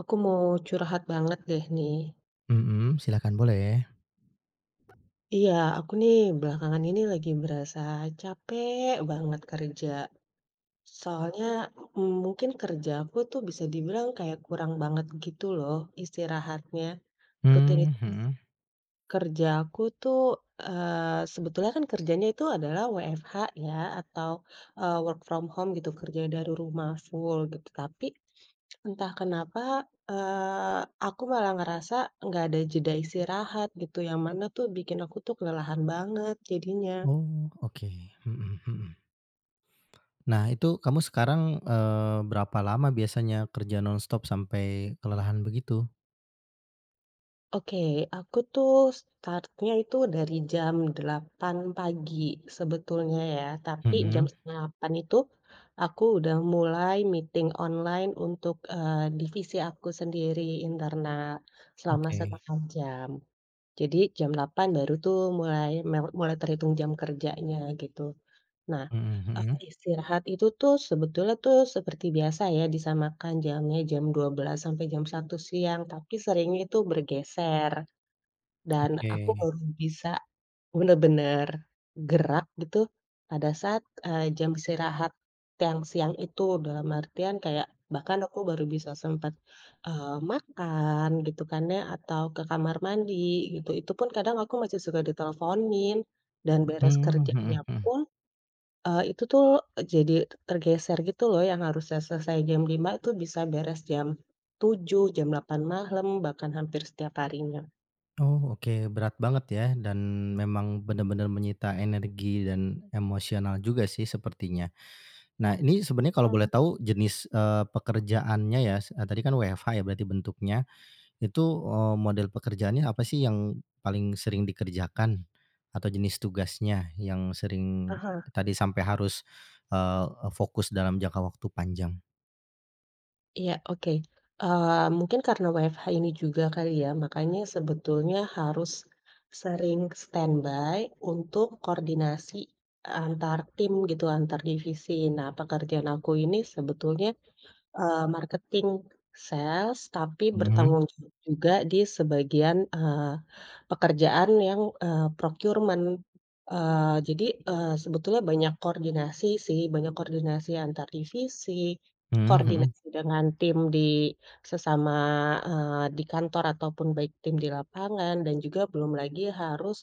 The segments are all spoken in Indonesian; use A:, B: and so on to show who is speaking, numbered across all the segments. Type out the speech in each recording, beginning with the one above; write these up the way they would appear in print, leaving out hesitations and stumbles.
A: Aku mau curhat banget deh nih.
B: Mhm, silakan boleh.
A: Iya, aku nih belakangan ini lagi berasa capek banget kerja. Soalnya mungkin kerja aku tuh bisa dibilang kayak kurang banget gitu loh istirahatnya.
B: Mmm,
A: Rutinitas
B: mhm.
A: kerja aku tuh sebetulnya kan kerjanya itu adalah WFH ya, atau work from home gitu, kerja dari rumah full gitu. Tapi entah kenapa, eee, aku malah ngerasa nggak ada jeda istirahat gitu, yang mana tuh bikin aku tuh kelelahan banget jadinya.
B: Oh, oke. Mhm mhm. Nah, itu kamu sekarang, berapa lama biasanya kerja nonstop sampai kelelahan begitu?
A: Oke, aku tuh startnya itu dari jam 8 pagi sebetulnya ya, tapi jam
B: Mhm,
A: setengah delapan itu aku udah mulai meeting online untuk, divisi aku sendiri internal selama
B: oke.
A: setengah jam. Jadi jam delapan baru tuh mulai mulai terhitung jam kerjanya gitu. Nah,
B: Mhm mhm,
A: istirahat itu tuh sebetulnya tuh seperti biasa ya, disamakan jamnya jam 12 sampai jam 1 siang, tapi seringnya itu bergeser dan aku
B: oke.
A: baru bisa bener-bener gerak gitu pada saat, jam istirahat yang siang itu. Dalam artian kayak bahkan aku baru bisa sempat makan gitu kan ya, atau ke kamar mandi gitu. Itu pun kadang aku masih suka diteleponin, dan beres
B: Mmm, mhm
A: kerjanya
B: mhm.
A: pun itu tuh jadi tergeser gitu loh, yang harusnya selesai jam 5 itu bisa beres jam 7 jam 8 malam, bahkan hampir setiap harinya.
B: Oh, oke, berat banget ya dan memang benar-benar menyita energi dan emosional juga sih sepertinya. Nah, ini sebenarnya kalau boleh
A: Mhm,
B: tahu jenis, pekerjaannya ya, tadi kan WFH ya berarti bentuknya. Itu, model pekerjaannya apa sih yang paling sering dikerjakan? Atau jenis tugasnya yang
A: ah
B: sering
A: hah.
B: tadi sampai harus, eee, e fokus dalam jangka waktu panjang?
A: Iya, oke. Mungkin karena WFH ini juga kali ya, makanya sebetulnya harus sering standby untuk koordinasi antar tim gitu, antar divisi. Nah, pekerjaan aku ini sebetulnya marketing, sales, tapi
B: Mhm,
A: bertanggung jawab juga di sebagian, pekerjaan yang, procurement. Jadi, sebetulnya banyak koordinasi sih, banyak koordinasi antar divisi,
B: mhm mhm.
A: koordinasi dengan tim di sesama, di kantor ataupun baik tim di lapangan, dan juga belum lagi harus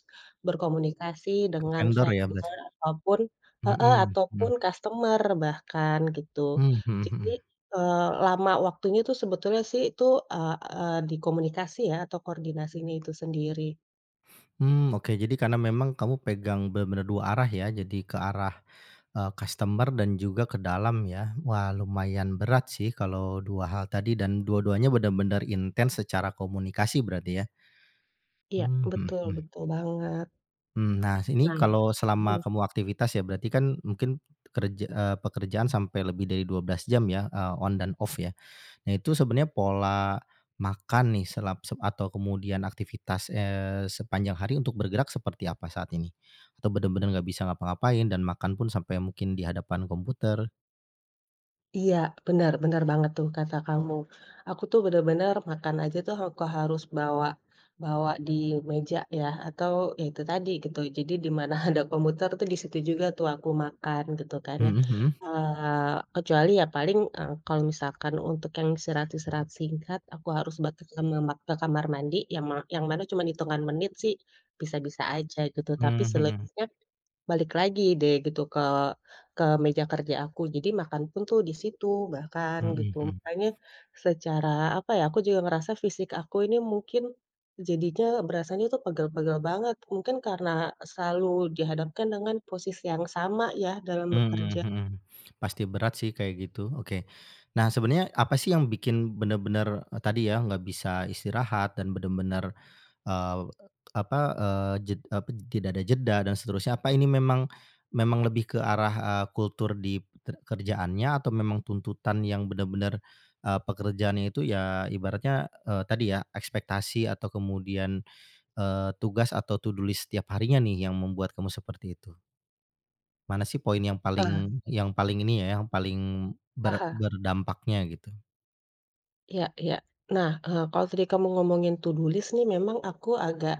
A: berkomunikasi
B: Ke
A: dengan
B: vendor ya berarti?
A: vendor ataupun, heeh,
B: Mhm, mhm.
A: ataupun customer bahkan gitu.
B: Mmm, mhm
A: Jadi
B: mhm.
A: Eee, lama waktunya tuh sebetulnya sih itu, eee eee, di komunikasi ya, atau koordinasinya itu sendiri.
B: Mmm, oke jadi karena memang kamu pegang benar-benar 2 arah ya, jadi ke arah, customer dan juga ke dalam ya. Wah lumayan berat sih kalau 2 hal tadi dan dua-duanya benar-benar intens secara komunikasi berarti ya?
A: Iya,
B: Mmm, mhm
A: betul
B: mhm.
A: betul banget.
B: Mmm, nah ini
A: Nah.
B: kalau selama
A: Mhm.
B: kamu aktivitas ya berarti kan mungkin pekerjaan sampai lebih dari 12 jam ya, on dan off ya. Nah itu sebenarnya pola makan nih selap sep atau kemudian aktivitas, sepanjang hari untuk bergerak seperti apa saat ini? Atau bener-bener nggak bisa ngapa-ngapain dan makan pun sampai mungkin di hadapan komputer?
A: Iya, benar-benar banget tuh kata kamu. Aku tuh bener-bener makan aja tuh aku harus bawa bawa di meja ya, atau ya itu tadi gitu. Jadi di mana ada komputer tuh di situ juga tuh aku makan gitu kan ya.
B: Mhm mhm.
A: Kecuali ya paling, kalau misalkan untuk yang istirahat-istirahat singkat, aku harus ba ke kamar mandi, yang mana cuma hitungan menit sih, bisa-bisa aja gitu. Tapi
B: Mmm, mhm.
A: selebihnya balik lagi deh gitu ke meja kerja aku, jadi makan pun tuh di situ bahkan
B: Mhm
A: gitu.
B: mhm.
A: Makanya secara apa ya, aku juga ngerasa fisik aku ini mungkin jadinya berasanya tuh pegel-pegel banget, mungkin karena selalu dihadapkan dengan posisi yang sama ya dalam
B: Mhm
A: bekerja.
B: mhm. Pasti berat sih kayak gitu, oke. Nah sebenarnya apa sih yang bikin bener-bener, tadi ya nggak bisa istirahat dan bener-bener, eee, apa, eee, jed apa, tidak ada jeda dan seterusnya. Apa ini memang memang lebih ke arah, kultur di kerjaannya atau memang tuntutan yang bener-bener, pekerjaannya itu ya ibaratnya, tadi ya ekspektasi atau kemudian, tugas atau to do list setiap harinya nih yang membuat kamu seperti itu? Mana sih poin yang paling
A: Eh,
B: yang paling ini ya, yang paling
A: aha.
B: berdampaknya gitu?
A: Iya, iya. Nah, kalau tadi kamu ngomongin to do list nih, memang aku agak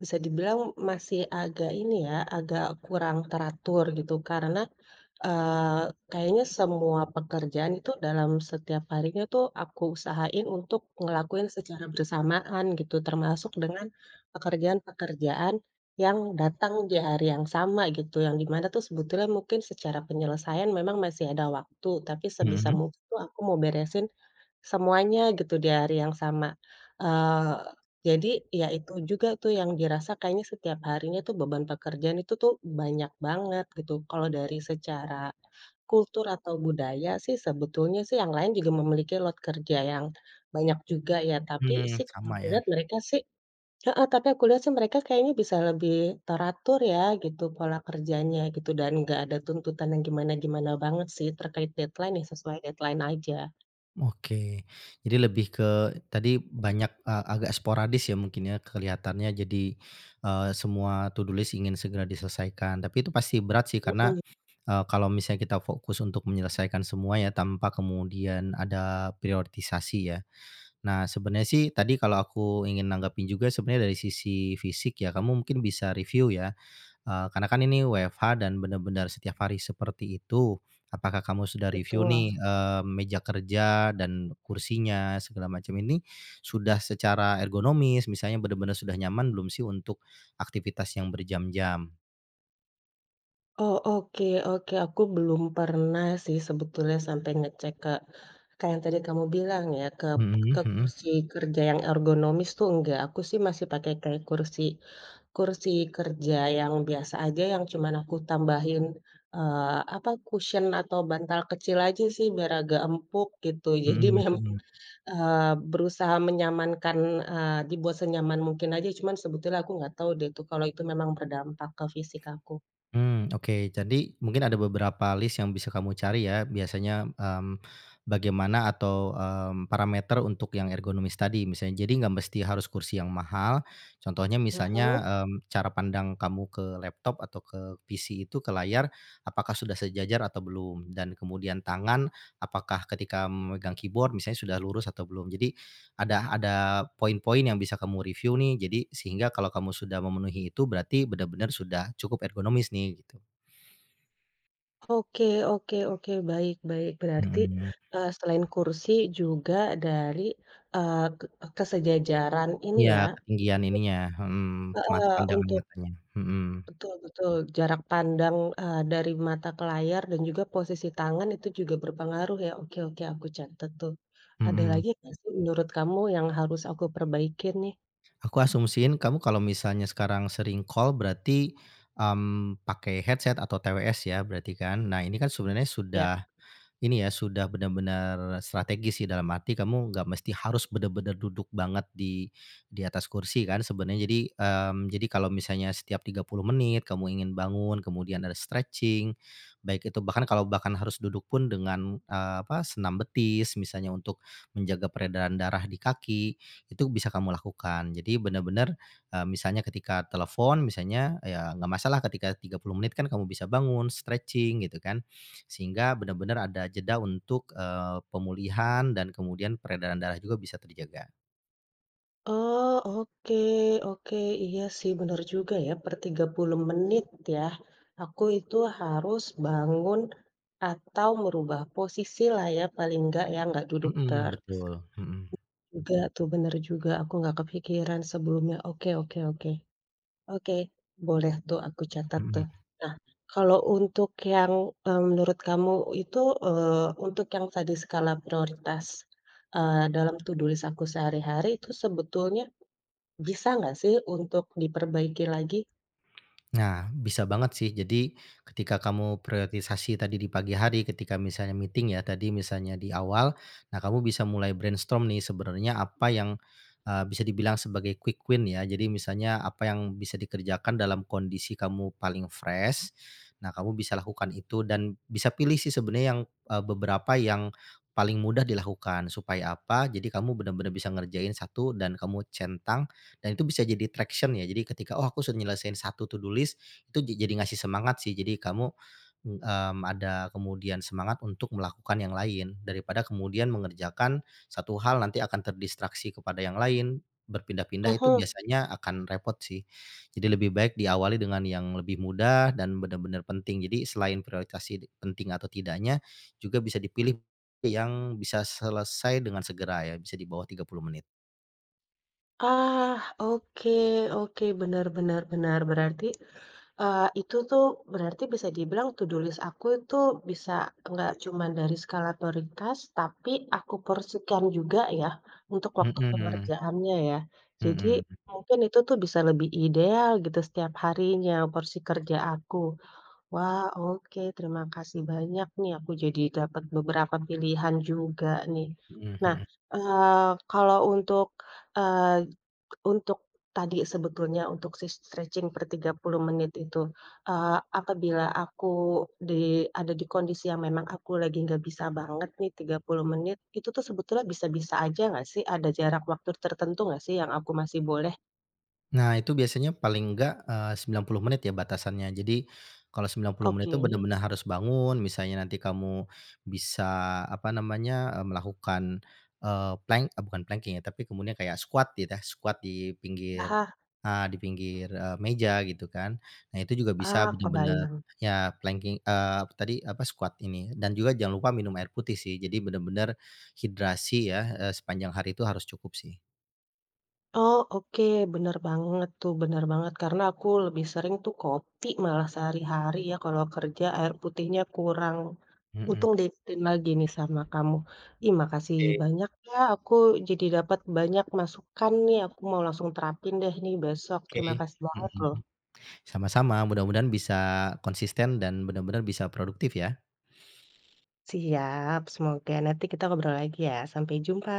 A: bisa dibilang masih agak ini ya, agak kurang teratur gitu, karena, eee, kayaknya semua pekerjaan itu dalam setiap harinya tuh aku usahain untuk ngelakuin secara bersamaan gitu, termasuk dengan pekerjaan-pekerjaan yang datang di hari yang sama gitu, yang dimana tuh sebetulnya mungkin secara penyelesaian memang masih ada waktu, tapi sebisa
B: Mhm,
A: mungkin tuh aku mau beresin semuanya gitu di hari yang sama, eee, jadi ya itu juga tuh yang dirasa kayaknya setiap harinya tuh beban pekerjaan itu tuh banyak banget gitu. Kalau dari secara kultur atau budaya sih sebetulnya sih yang lain juga memiliki load kerja yang banyak juga ya, tapi
B: mmm,
A: sih kalau
B: sama
A: aku
B: ya.
A: lihat mereka sih, heeh, tapi aku lihat sih mereka kayaknya bisa lebih teratur ya gitu pola kerjanya gitu, dan nggak ada tuntutan yang gimana-gimana banget sih terkait deadline, ya sesuai deadline aja.
B: Oke. Jadi lebih ke tadi banyak, agak sporadis ya mungkin ya kelihatannya jadi, semua to do list ingin segera diselesaikan, tapi itu pasti berat sih karena,
A: Mhm,
B: kalau misalnya kita fokus untuk menyelesaikan semua ya tanpa kemudian ada prioritisasi ya. Nah sebenarnya sih tadi kalau aku ingin nanggapin juga sebenarnya dari sisi fisik ya, kamu mungkin bisa review ya. Karena kan ini WFH dan benar-benar setiap hari seperti itu, apakah kamu sudah review
A: betul.
B: nih, meja kerja dan kursinya segala macam ini sudah secara ergonomis misalnya benar-benar sudah nyaman belum sih untuk aktivitas yang berjam-jam?
A: Oh, oke, oke. Aku belum pernah sih sebetulnya sampai ngecek ke kayak yang tadi kamu bilang ya, ke
B: Mhm
A: ke
B: mhm
A: kursi kerja yang ergonomis tuh, enggak. Aku sih masih pakai kayak kursi kursi kerja yang biasa aja, yang cuman aku tambahin, apa, cushion atau bantal kecil aja sih biar agak empuk gitu. Jadi
B: mhm
A: memang,
B: mhm.
A: berusaha menyamankan, dibuat senyaman mungkin aja, cuman sebetulnya aku nggak tahu deh tuh kalau itu memang berdampak ke fisik aku.
B: Hmm, oke. Jadi mungkin ada beberapa list yang bisa kamu cari ya, biasanya, bagaimana atau, parameter untuk yang ergonomis tadi misalnya. Jadi nggak mesti harus kursi yang mahal, contohnya misalnya,
A: Mhm.
B: cara pandang kamu ke laptop atau ke PC itu, ke layar, apakah sudah sejajar atau belum, dan kemudian tangan, apakah ketika memegang keyboard misalnya sudah lurus atau belum. Jadi ada poin-poin yang bisa kamu review nih, jadi sehingga kalau kamu sudah memenuhi itu berarti benar-benar sudah cukup ergonomis nih gitu.
A: Oke, oke, oke, baik, baik. Berarti,
B: Mhm.
A: selain kursi juga dari, eee, ke kesejajaran ini
B: Iya,
A: ya,
B: ketinggian ininya, mhm,
A: heeh,
B: pandangan
A: untuk
B: matanya, mhm
A: betul, betul, jarak pandang, dari mata ke layar dan juga posisi tangan itu juga berpengaruh ya. Oke, oke, aku catat tuh. Ada
B: mhm.
A: lagi nggak sih menurut kamu yang harus aku perbaikin nih?
B: Aku asumsiin kamu kalau misalnya sekarang sering call berarti, pakai headset atau TWS ya berarti kan? Nah ini kan sebenarnya
A: Ya.
B: sudah ini ya, sudah benar-benar strategis sih, dalam arti kamu nggak mesti harus benar-benar duduk banget di atas kursi kan sebenarnya. Jadi, jadi kalau misalnya setiap 30 menit kamu ingin bangun, kemudian ada stretching, baik itu bahkan kalau bahkan harus duduk pun dengan, apa, senam betis misalnya untuk menjaga peredaran darah di kaki, itu bisa kamu lakukan. Jadi benar-benar, misalnya ketika telepon misalnya, ya nggak masalah ketika 30 menit kan kamu bisa bangun, stretching gitu kan. Sehingga benar-benar ada jeda untuk, pemulihan dan kemudian peredaran darah juga bisa terjaga.
A: Oh, oke, oke. Iya sih benar juga ya, per 30 menit ya, aku itu harus bangun atau merubah posisi lah ya, paling enggak ya, enggak duduk
B: Mhm, betul, mhm
A: juga tuh, benar juga, aku nggak kepikiran sebelumnya. Oke, oke, oke. Oke, boleh tuh aku catat
B: mhm.
A: tuh. Nah, kalau untuk yang, menurut kamu itu, untuk yang tadi skala prioritas, dalam to do list aku sehari-hari itu sebetulnya bisa nggak sih untuk diperbaiki lagi?
B: Nah, bisa banget sih. Jadi ketika kamu prioritisasi tadi di pagi hari, ketika misalnya meeting ya tadi misalnya di awal, nah kamu bisa mulai brainstorm nih sebenarnya apa yang bisa dibilang sebagai quick win ya. Jadi misalnya apa yang bisa dikerjakan dalam kondisi kamu paling fresh. Nah, kamu bisa lakukan itu dan bisa pilih sih sebenarnya yang beberapa yang paling mudah dilakukan supaya apa? Jadi kamu benar-benar bisa ngerjain satu dan kamu centang dan itu bisa jadi traction ya. Jadi ketika, "Oh aku sudah nyelesain satu to do list," itu jadi ngasih semangat sih. Jadi kamu, ada kemudian semangat untuk melakukan yang lain, daripada kemudian mengerjakan satu hal nanti akan terdistraksi kepada yang lain, berpindah-pindah itu
A: Mhm.
B: biasanya akan repot sih. Jadi lebih baik diawali dengan yang lebih mudah dan benar-benar penting. Jadi selain prioritasi penting atau tidaknya, juga bisa dipilih yang bisa selesai dengan segera ya, bisa di bawah 30 menit.
A: Ah, oke, oke, benar, benar, benar. Berarti, itu tuh berarti bisa dibilang to do list aku itu bisa nggak cuma dari skala prioritas, tapi aku porsikan juga ya untuk waktu
B: Mhm,
A: pengerjaannya ya. Jadi
B: mhm.
A: mungkin itu tuh bisa lebih ideal gitu setiap harinya porsi kerja aku. Wah, oke. Terima kasih banyak nih, aku jadi dapat beberapa pilihan juga nih.
B: Mhm
A: Nah,
B: mhm.
A: kalau untuk, eee, untuk tadi sebetulnya untuk si stretching per 30 menit itu, apabila aku ada di kondisi yang memang aku lagi nggak bisa banget nih 30 menit, itu tuh sebetulnya bisa-bisa aja nggak sih? Ada jarak waktu tertentu nggak sih yang aku masih boleh?
B: Nah, itu biasanya paling enggak, 90 menit ya batasannya. Jadi, kalau 90 menit
A: Oke.
B: itu benar-benar harus bangun, misalnya nanti kamu bisa, apa namanya, melakukan, plank bukan planking ya, tapi kemudian kayak squat gitu ya, squat di
A: Ah
B: pinggir
A: hah.
B: ah di pinggir, meja gitu kan. Nah, itu juga bisa
A: Ah,
B: benar-benar
A: kebayang.
B: ya planking tadi apa, squat ini. Dan juga jangan lupa minum air putih sih, jadi benar-benar hidrasi ya, sepanjang hari itu harus cukup sih.
A: Oh, oke, bener banget tuh, bener banget, karena aku lebih sering tuh kopi malah sehari-hari ya kalau kerja, air putihnya kurang.
B: Mhm.
A: Untung diingetin lagi nih sama kamu. Ih, makasih
B: Oke.
A: banyak ya, aku jadi dapat banyak masukan nih, aku mau langsung terapin deh nih besok.
B: Oke,
A: Terima kasih banget loh.
B: mhm, sama-sama, mudah-mudahan bisa konsisten dan benar-benar bisa produktif ya.
A: Siap, semoga nanti kita ngobrol lagi ya. Sampai jumpa.